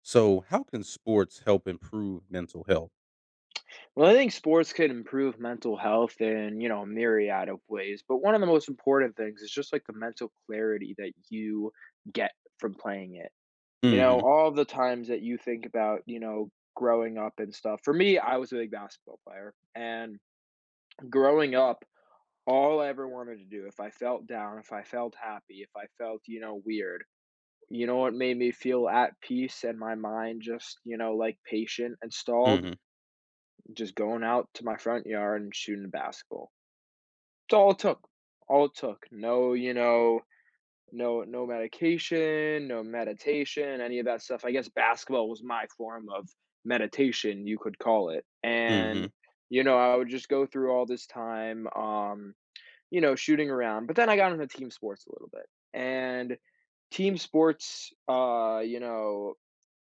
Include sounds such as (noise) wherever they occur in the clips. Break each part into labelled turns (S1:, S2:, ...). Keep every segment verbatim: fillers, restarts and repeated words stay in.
S1: So, how can sports help improve mental health?
S2: Well, I think sports could improve mental health in, you know, a myriad of ways, but one of the most important things is just like the mental clarity that you get from playing it. You know,
S1: Mhm.
S2: all the times that you think about, you know, growing up and stuff. For me, I was a big basketball player, and growing up, all I ever wanted to do, if I felt down, if I felt happy, if I felt, you know, weird, you know what made me feel at peace and my mind just, you know, like patient and stalled?
S1: Mhm.
S2: Just going out to my front yard and shooting a basketball. It's all it took. All it took. No, you know, no no medication, no meditation, any of that stuff. I guess basketball was my form of meditation, you could call it. And
S1: Mhm.
S2: you know, I would just go through all this time um, you know, shooting around. But then I got into team sports a little bit. And team sports uh, you know,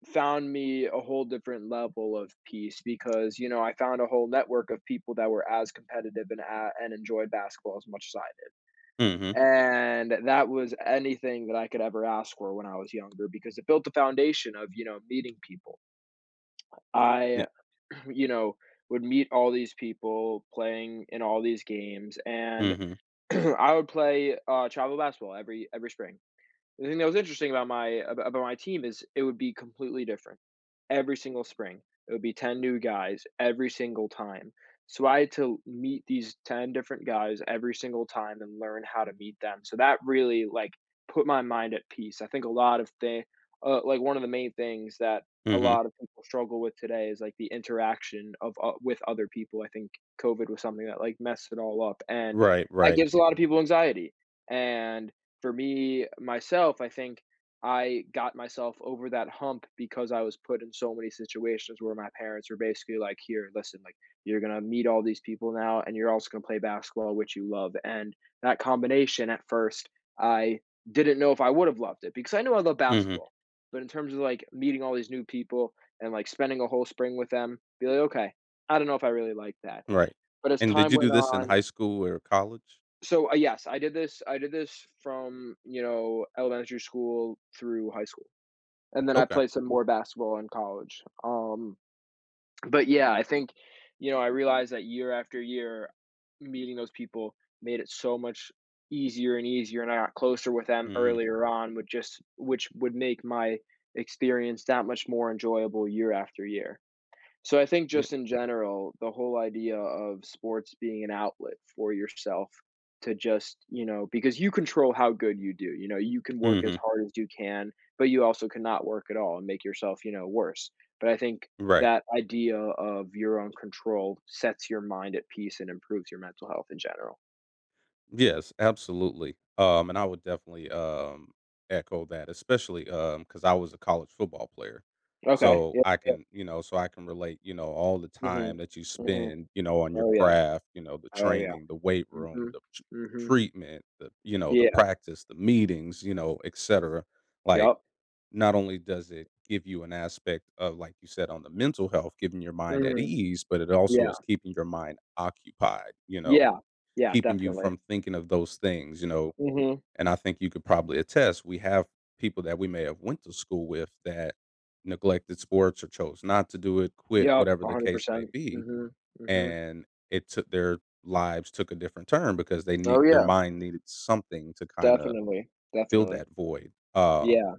S2: found me a whole different level of peace because, you know, I found a whole network of people that were as competitive and a and enjoyed basketball as much as I did.
S1: Mhm.
S2: And that was anything that I could ever ask for when I was younger because it built the foundation of, you know, meeting people. I,
S1: Yeah.
S2: (clears throat) you know, would meet all these people playing in all these games, and
S1: Mhm.
S2: (clears throat) I would play, uh, travel basketball every every spring. The thing that was interesting about my about my team is it would be completely different every single spring. It would be ten new guys every single time. So I had to meet these ten different guys every single time and learn how to meet them. So that really like put my mind at peace. I think a lot of thing uh, like one of the main things that a
S1: Mhm.
S2: lot of people struggle with today is like the interaction of uh, with other people. I think COVID was something that like messed it all up and
S1: Right,
S2: that
S1: right.
S2: gives a lot of people anxiety. And for me, myself, I think I got myself over that hump because I was put in so many situations where my parents were basically like, here, listen, like you're going to meet all these people now and you're also going to play basketball, which you love. And that combination at first, I didn't know if I would have loved it because I knew I love
S1: Mhm.
S2: basketball. But in terms of like meeting all these new people and like spending a whole spring with them, be like, okay, I don't know if I really like that.
S1: Right.
S2: But as
S1: And did
S2: time
S1: you do
S2: went
S1: this in
S2: on,
S1: high school or college?
S2: so, uh, yes, I did this I did this from, you know, elementary school through high school, and then I
S1: Okay.
S2: played some more basketball in college, um, but yeah, I think, you know, I realized that year after year, meeting those people made it so much easier and easier, and I got closer with them
S1: Mhm.
S2: earlier on, which just which would make my experience that much more enjoyable year after year. So I think
S1: Yeah.
S2: just in general, the whole idea of sports being an outlet for yourself to just, you know, because you control how good you do. You know, you can work as
S1: Mhm.
S2: hard as you can, but you also cannot work at all and make yourself, you know, worse. But I think
S1: Right.
S2: that idea of your own control sets your mind at peace and improves your mental health in general.
S1: Yes, absolutely. Um, and I would definitely um, echo that, especially because I was a college football player.
S2: Okay.
S1: So
S2: Yeah.
S1: I
S2: yeah.
S1: can, you know, so I can relate, you know, all the
S2: Mhm.
S1: time that you
S2: Mhm.
S1: spend, you know, on your
S2: Oh yeah.
S1: craft, you know, the
S2: Oh yeah.
S1: training, the weight room,
S2: Mhm.
S1: the tr-
S2: Mhm.
S1: treatment, the, you know, the
S2: Yeah.
S1: practice, the meetings, you know, et cetera. Like,
S2: Yep.
S1: not only does it give you an aspect of, like you said, on the mental health, giving your mind at
S2: Mhm.
S1: ease, but it also
S2: Yeah.
S1: is keeping your mind occupied, you know,
S2: Yeah. Yeah,
S1: keeping you
S2: definitely.
S1: from thinking of those things, you know?
S2: Mhm.
S1: And I think you could probably attest, we have people that we may have went to school with that neglected sports or chose not to do it, quit,
S2: Yep,
S1: whatever the case may
S2: one hundred percent.
S1: be,
S2: Mhm, mhm.
S1: and it took their lives took a different turn because they need
S2: Oh,
S1: their
S2: yeah,
S1: mind needed something to kind of
S2: definitely,
S1: fill
S2: definitely.
S1: that void. Um
S2: Yeah.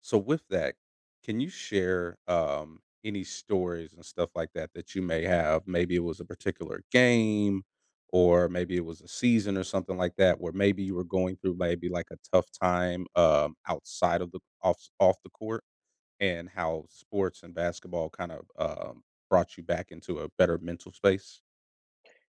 S1: so with that, can you share um, any stories and stuff like that that you may have? Maybe it was a particular game, or maybe it was a season or something like that, where maybe you were going through maybe like a tough time um, outside of the off off the court, and how sports and basketball kind of um, brought you back into a better mental space.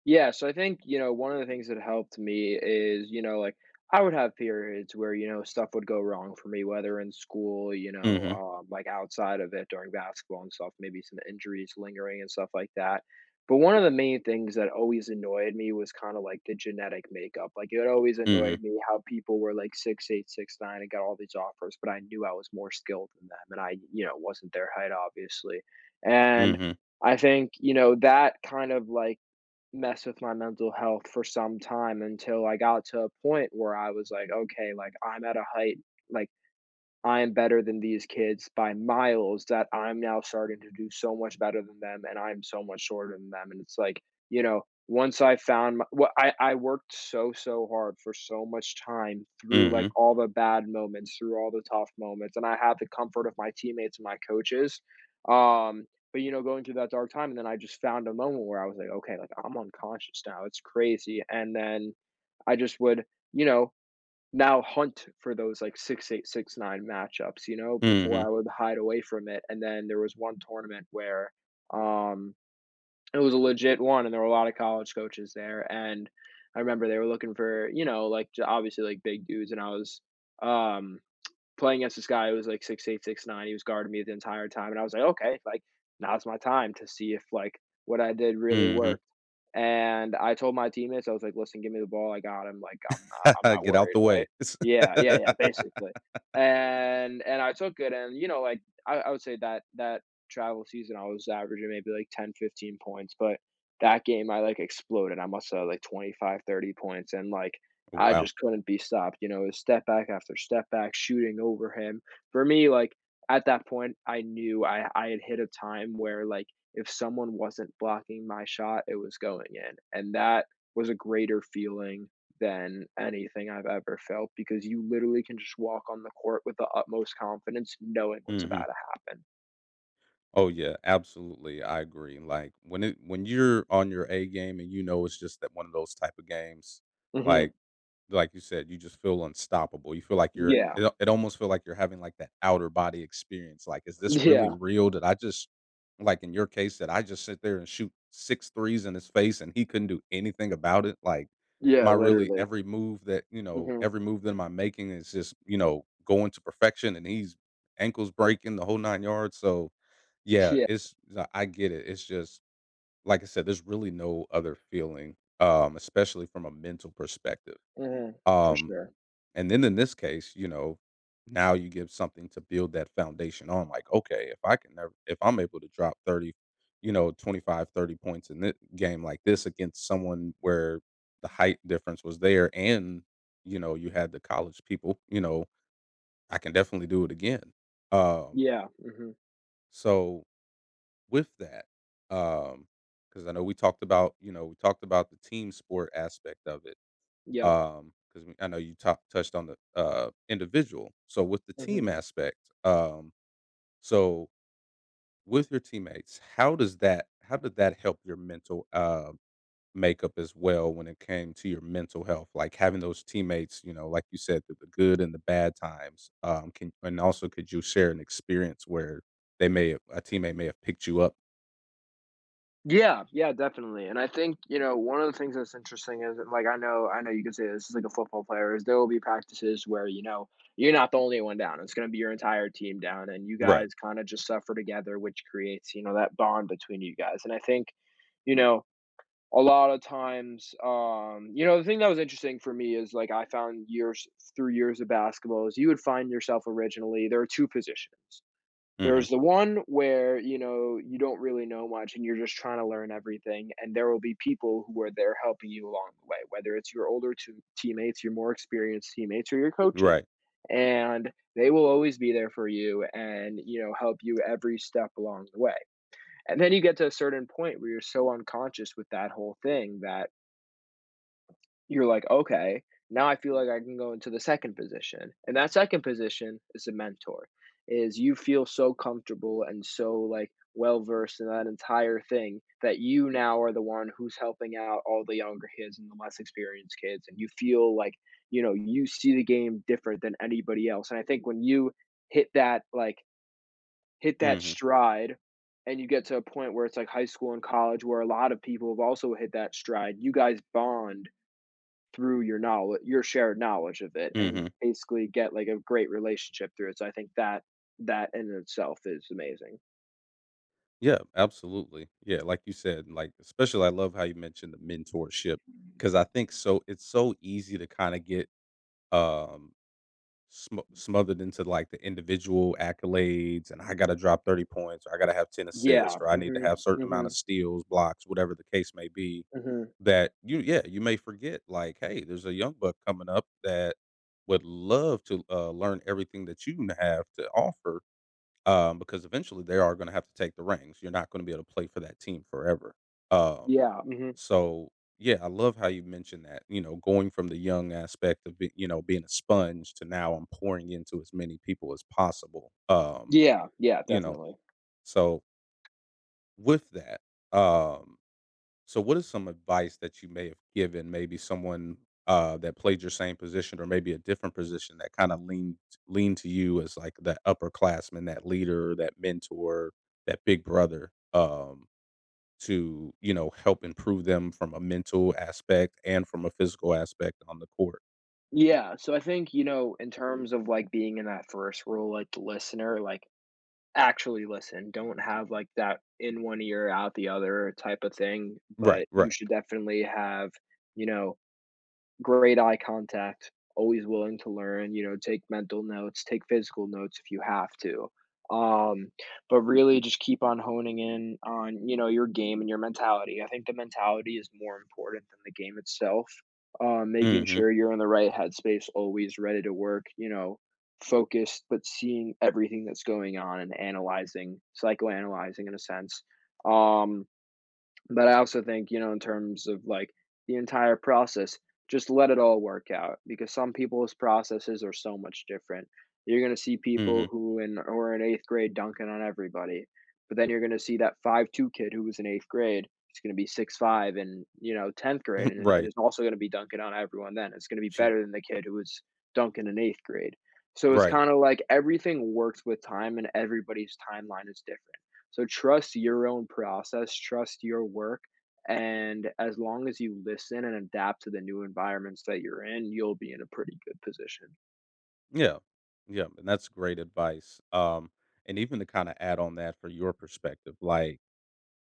S2: Yeah, so I think, you know, one of the things that helped me is, you know, like I would have periods where, you know, stuff would go wrong for me, whether in school, you know,
S1: Hmm.
S2: um, like outside of it during basketball and stuff, maybe some injuries lingering and stuff like that. But one of the main things that always annoyed me was kind of like the genetic makeup. Like it always
S1: Hmm.
S2: annoyed me how people were like six eight, six nine, and got all these offers, but I knew I was more skilled than them, and I, you know, wasn't their height, obviously. And
S1: Hmm.
S2: I think, you know, that kind of like mess with my mental health for some time until I got to a point where I was like, okay, like I'm at a height, like I'm better than these kids by miles that I'm now starting to do so much better than them and I'm so much shorter than them. And it's like, you know, once I found my, what I, I worked so, so hard for so much time through like
S1: Hmm.
S2: all the bad moments, through all the tough moments. And I had the comfort of my teammates and my coaches. Um, but you know, going through that dark time, and then I just found a moment where I was like, okay, like I'm unconscious now. It's crazy. And then I just would, you know, now hunt for those like six eight six nine matchups, you know, before
S1: Hmm.
S2: I would hide away from it. And then there was one tournament where um it was a legit one and there were a lot of college coaches there and I remember they were looking for, you know, like j- obviously like big dudes and I was um playing against this guy who was like six eight six nine. He was guarding me the entire time, and I was like, "Okay, like now's my time to see if like what I did really
S1: Hmm.
S2: worked." And I told my teammates, I was like, "Listen, give me the ball. I got him. Like I'm not I'm
S1: (laughs)
S2: not
S1: Get out
S2: worried,
S1: the
S2: right?"
S1: way.
S2: Yeah, yeah, yeah, basically.
S1: (laughs)
S2: And and I took it, and you know, like I, I would say that that travel season, I was averaging maybe like ten fifteen points, but that game I like exploded. I must have like twenty five thirty points, and like I
S1: Wow.
S2: just couldn't be stopped. You know, his step back after step back, shooting over him. For me, like at that point, I knew I, I had hit a time where like if someone wasn't blocking my shot, it was going in. And that was a greater feeling than anything I've ever felt because you literally can just walk on the court with the utmost confidence knowing what's about
S1: Hmm.
S2: to
S1: Oh yeah, absolutely. I agree. Like when it when you're on your A game and you know it's just that one of those type of games,
S2: happen.
S1: like
S2: hmm
S1: like you said, you just feel unstoppable. You feel like you're
S2: Yeah. (laughs)
S1: it, al- it almost feel like you're having like that outer body experience. Like, is this really
S2: Yeah.
S1: real? Did I just like in your case that I just sit there and shoot six threes in his face and he couldn't do anything about it? Like
S2: Yeah,
S1: my really
S2: literally.
S1: every move that you know,
S2: hmm
S1: every move that I'm making is just, you know, going to perfection and he's ankles breaking the whole nine yards. So yeah,
S2: Yeah.
S1: it's uh, I get it. It's just like I said, there's really no other feeling, um, especially from a mental perspective.
S2: hmm For
S1: Um,
S2: sure.
S1: and then in this case, you know, now you give something to build that foundation on. Like, okay, if I can never, if I'm able to drop thirty, you know, twenty five, thirty points in this game like this against someone where the height difference was there and, you know, you had the college people, you know, I can definitely do it again. Um,
S2: Yeah. hmm
S1: so with that, um because I know we talked about, you know, we talked about the team sport aspect of it,
S2: Yep.
S1: um, 'cause we I know you tou touched on the, uh, individual. So with the
S2: hmm
S1: team aspect, um, so with your teammates, how does that how did that help your mental, uh, makeup as well when it came to your mental health? Like, having those teammates, you know, like you said, through the good and the bad times, um, can and also could you share an experience where they may have a teammate may have picked you up?
S2: Yeah, yeah, definitely. And I think, you know, one of the things that's interesting is that, like I know I know you can say this is like a football player, is there will be practices where, you know, you're not the only one down. It's gonna be your entire team down and you
S1: Right.
S2: guys kinda just suffer together, which creates, you know, that bond between you guys. And I think, you know, a lot of times, um, you know, the thing that was interesting for me is like I found years through years of basketball is you would find yourself originally there are two positions.
S1: Mhm.
S2: There's the one where, you know, you don't really know much and you're just trying to learn everything, and there will be people who are there helping you along the way, whether it's your older two teammates, your more experienced teammates, or your coaches.
S1: Right.
S2: And they will always be there for you and, you know, help you every step along the way. And then you get to a certain point where you're so unconscious with that whole thing that you're like, "Okay, now I feel like I can go into the second position." And that second position is a mentor, is you feel so comfortable and so, like, well-versed in that entire thing that you now are the one who's helping out all the younger kids and the less experienced kids, and you feel like, you know, you see the game different than anybody else, and I think when you hit that, like, hit that
S1: Mhm.
S2: stride and you get to a point where it's like high school and college where a lot of people have also hit that stride, you guys bond through your knowledge, your shared knowledge of it and
S1: Mhm.
S2: basically get, like, a great relationship through it, so I think that that in itself is amazing.
S1: Yeah, absolutely. Yeah, like you said, like especially I love how you mentioned the mentorship because I think so it's so easy to kind of get um sm- smothered into like the individual accolades, and I got to drop thirty points or I got to have ten assists
S2: Yeah,
S1: or I need to
S2: mhm,
S1: have certain amount of
S2: mhm,
S1: steals, blocks, whatever the case may be
S2: mhm.
S1: that you, yeah, you may forget like, hey, there's a young buck coming up that would love to uh, learn everything that you have to offer, um, because eventually they are going to have to take the rings. You're not going to be able to play for that team forever. Um,
S2: Yeah, mhm.
S1: so yeah, I love how you mentioned that. You know, going from the young aspect of be, you know, being a sponge to now I'm pouring into as many people as possible. Um,
S2: Yeah, yeah,
S1: you know,
S2: definitely.
S1: so with that, um, so what is some advice that you may have given maybe someone, uh, that played your same position or maybe a different position that kinda leaned leaned to you as, like, that upperclassman, that leader, that mentor, that big brother, um, to, you know, help improve them from a mental aspect and from a physical aspect on the court?
S2: Yeah, so I think, you know, in terms of, like, being in that first role, like, the listener, like, actually listen, don't have, like, that in one ear, out the other type of thing,
S1: Right,
S2: but you
S1: right.
S2: should definitely have, you know, great eye contact, always willing to learn, you know, take mental notes, take physical notes if you have to. Um, but really just keep on honing in on, you know, your game and your mentality. I think the mentality is more important than the game itself. Uh, making
S1: Mhm,
S2: sure you're in the right headspace, always ready to work, you know, focused, but seeing everything that's going on and analyzing, psychoanalyzing in a sense. Um, but I also think, you know, in terms of like the entire process, just let it all work out because some people's processes are so much different. You're going to see people
S1: mhm.
S2: who in who are in eighth grade dunking on everybody, but then you're going to see that five two kid who was in eighth grade. It's going to be six five and, you know, tenth grade,
S1: (laughs)
S2: and it-
S1: Right.
S2: it's also going to be dunking on everyone. Then it's going to be
S1: She
S2: better than the kid who was dunking in eighth grade. So it's
S1: right.
S2: kind of like everything works with time, and everybody's timeline is different. So trust your own process, trust your work, and as long as you listen and adapt to the new environments that you're in, you'll be in a pretty good position.
S1: Yeah. Yeah, and that's great advice, um, and even to kinda add on that for your perspective, like,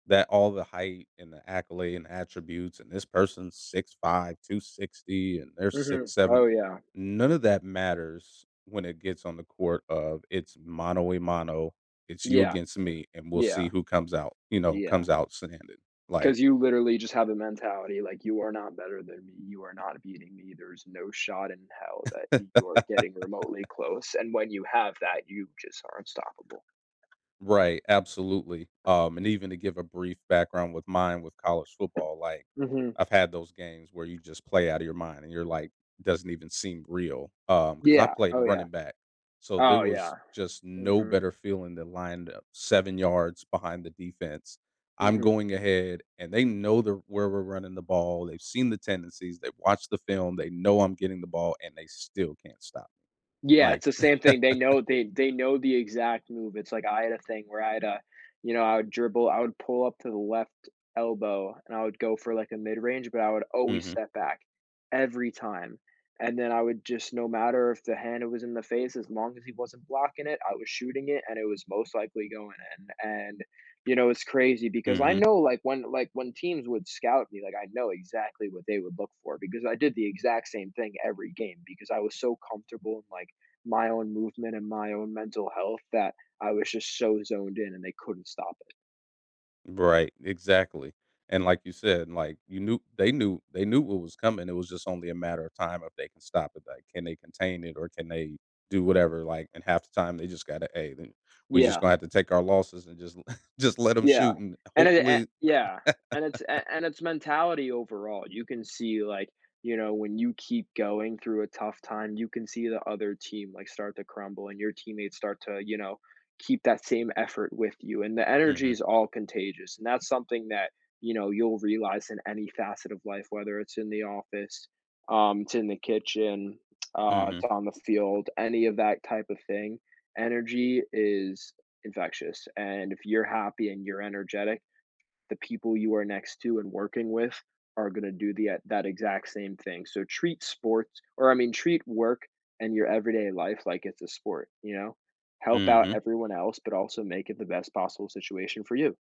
S1: that all the height and the accolade and attributes and this person's six five two sixty and they're
S2: Mhm.
S1: six seven,
S2: Oh, yeah.
S1: none of that matters when it gets on the court of it's mano a mano, it's you
S2: Yeah,
S1: against me, and we'll see
S2: yeah,
S1: who comes out, you know,
S2: yeah.
S1: comes out standing, like.
S2: Because you literally just have a mentality like, "You are not better than me, you are not beating me, there's no shot in hell that
S1: (laughs)
S2: you are getting remotely close," and when you have that, you just are unstoppable.
S1: Right, absolutely. Um, and even to give a brief background with mine with college football, like,
S2: Mhm.
S1: I've had those games where you just play out of your mind and you're like, doesn't even seem real. Um, because I
S2: Yeah.
S1: played
S2: Oh, yeah.
S1: running back, so there
S2: Oh, yeah.
S1: was just no
S2: Mhm.
S1: better feeling than lined up seven yards behind the defense. I'm
S2: Mhm.
S1: going ahead, and they know the where we're running the ball. They've seen the tendencies. They've watched the film. They know I'm getting the ball, and they still can't stop me.
S2: Yeah,
S1: Like,
S2: it's the same thing. They know they they know the exact move. It's like I had a thing where I had a, you know, I would dribble, I would pull up to the left elbow and I would go for like a mid range, but I would
S1: (laughs)
S2: always
S1: Hmm.
S2: step back every time. And then I would just, no matter if the hand was in the face, as long as he wasn't blocking it, I was shooting it and it was most likely going in. And, you know, it's crazy because I
S1: Hmm.
S2: know like when like when teams would scout me, like I know exactly what they would look for because I did the exact same thing every game because I was so comfortable in like my own movement and my own mental health that I was just so zoned in and they couldn't stop it.
S1: Right, exactly, and like you said, like, you knew they knew they knew what was coming. It was just only a matter of time if they can stop it, like, can they contain it or can they do whatever, like, and half the time they just gotta, "Hey, then we just
S2: Yeah,
S1: gonna have to take our losses and just (laughs) just let them
S2: Yeah,
S1: shoot and
S2: and it a
S1: hopefully."
S2: yeah, and it's a and it's mentality overall. You can see, like, you know, when you keep going through a tough time, you can see the other team, like, start to crumble and your teammates start to, you know, keep that same effort with you, and the energy
S1: Mhm,
S2: is all contagious, and that's something that, you know, you'll realize in any facet of life, whether it's in the office, um, it's in the kitchen, uh, it's
S1: mhm,
S2: on the field, any of that type of thing. Energy is infectious. And if you're happy and you're energetic, the people you are next to and working with are going to do the uh, that exact same thing. So treat sports or I mean treat work and your everyday life like it's a sport, you know? Help out
S1: mhm.
S2: everyone else but also make it the best possible situation for you.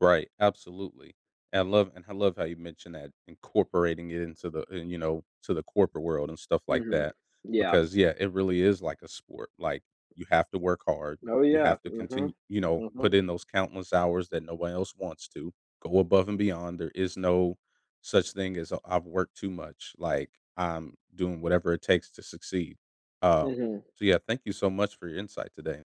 S1: Right, absolutely. And I love and I love how you mentioned that, incorporating it into the uh, you know, to the corporate world and stuff like
S2: Mhm.
S1: that
S2: Yeah.
S1: because yeah, it really is like a sport. Like, you have to work hard.
S2: Oh
S1: You
S2: yeah.
S1: have to
S2: Mhm.
S1: continue, you know, put
S2: Mhm.
S1: in those countless hours that no one else wants to. Go above and beyond. There is no such thing as, "Oh, I've worked too much. Like, I'm doing whatever it takes to succeed." Um
S2: Mhm.
S1: so yeah, thank you so much for your insight today.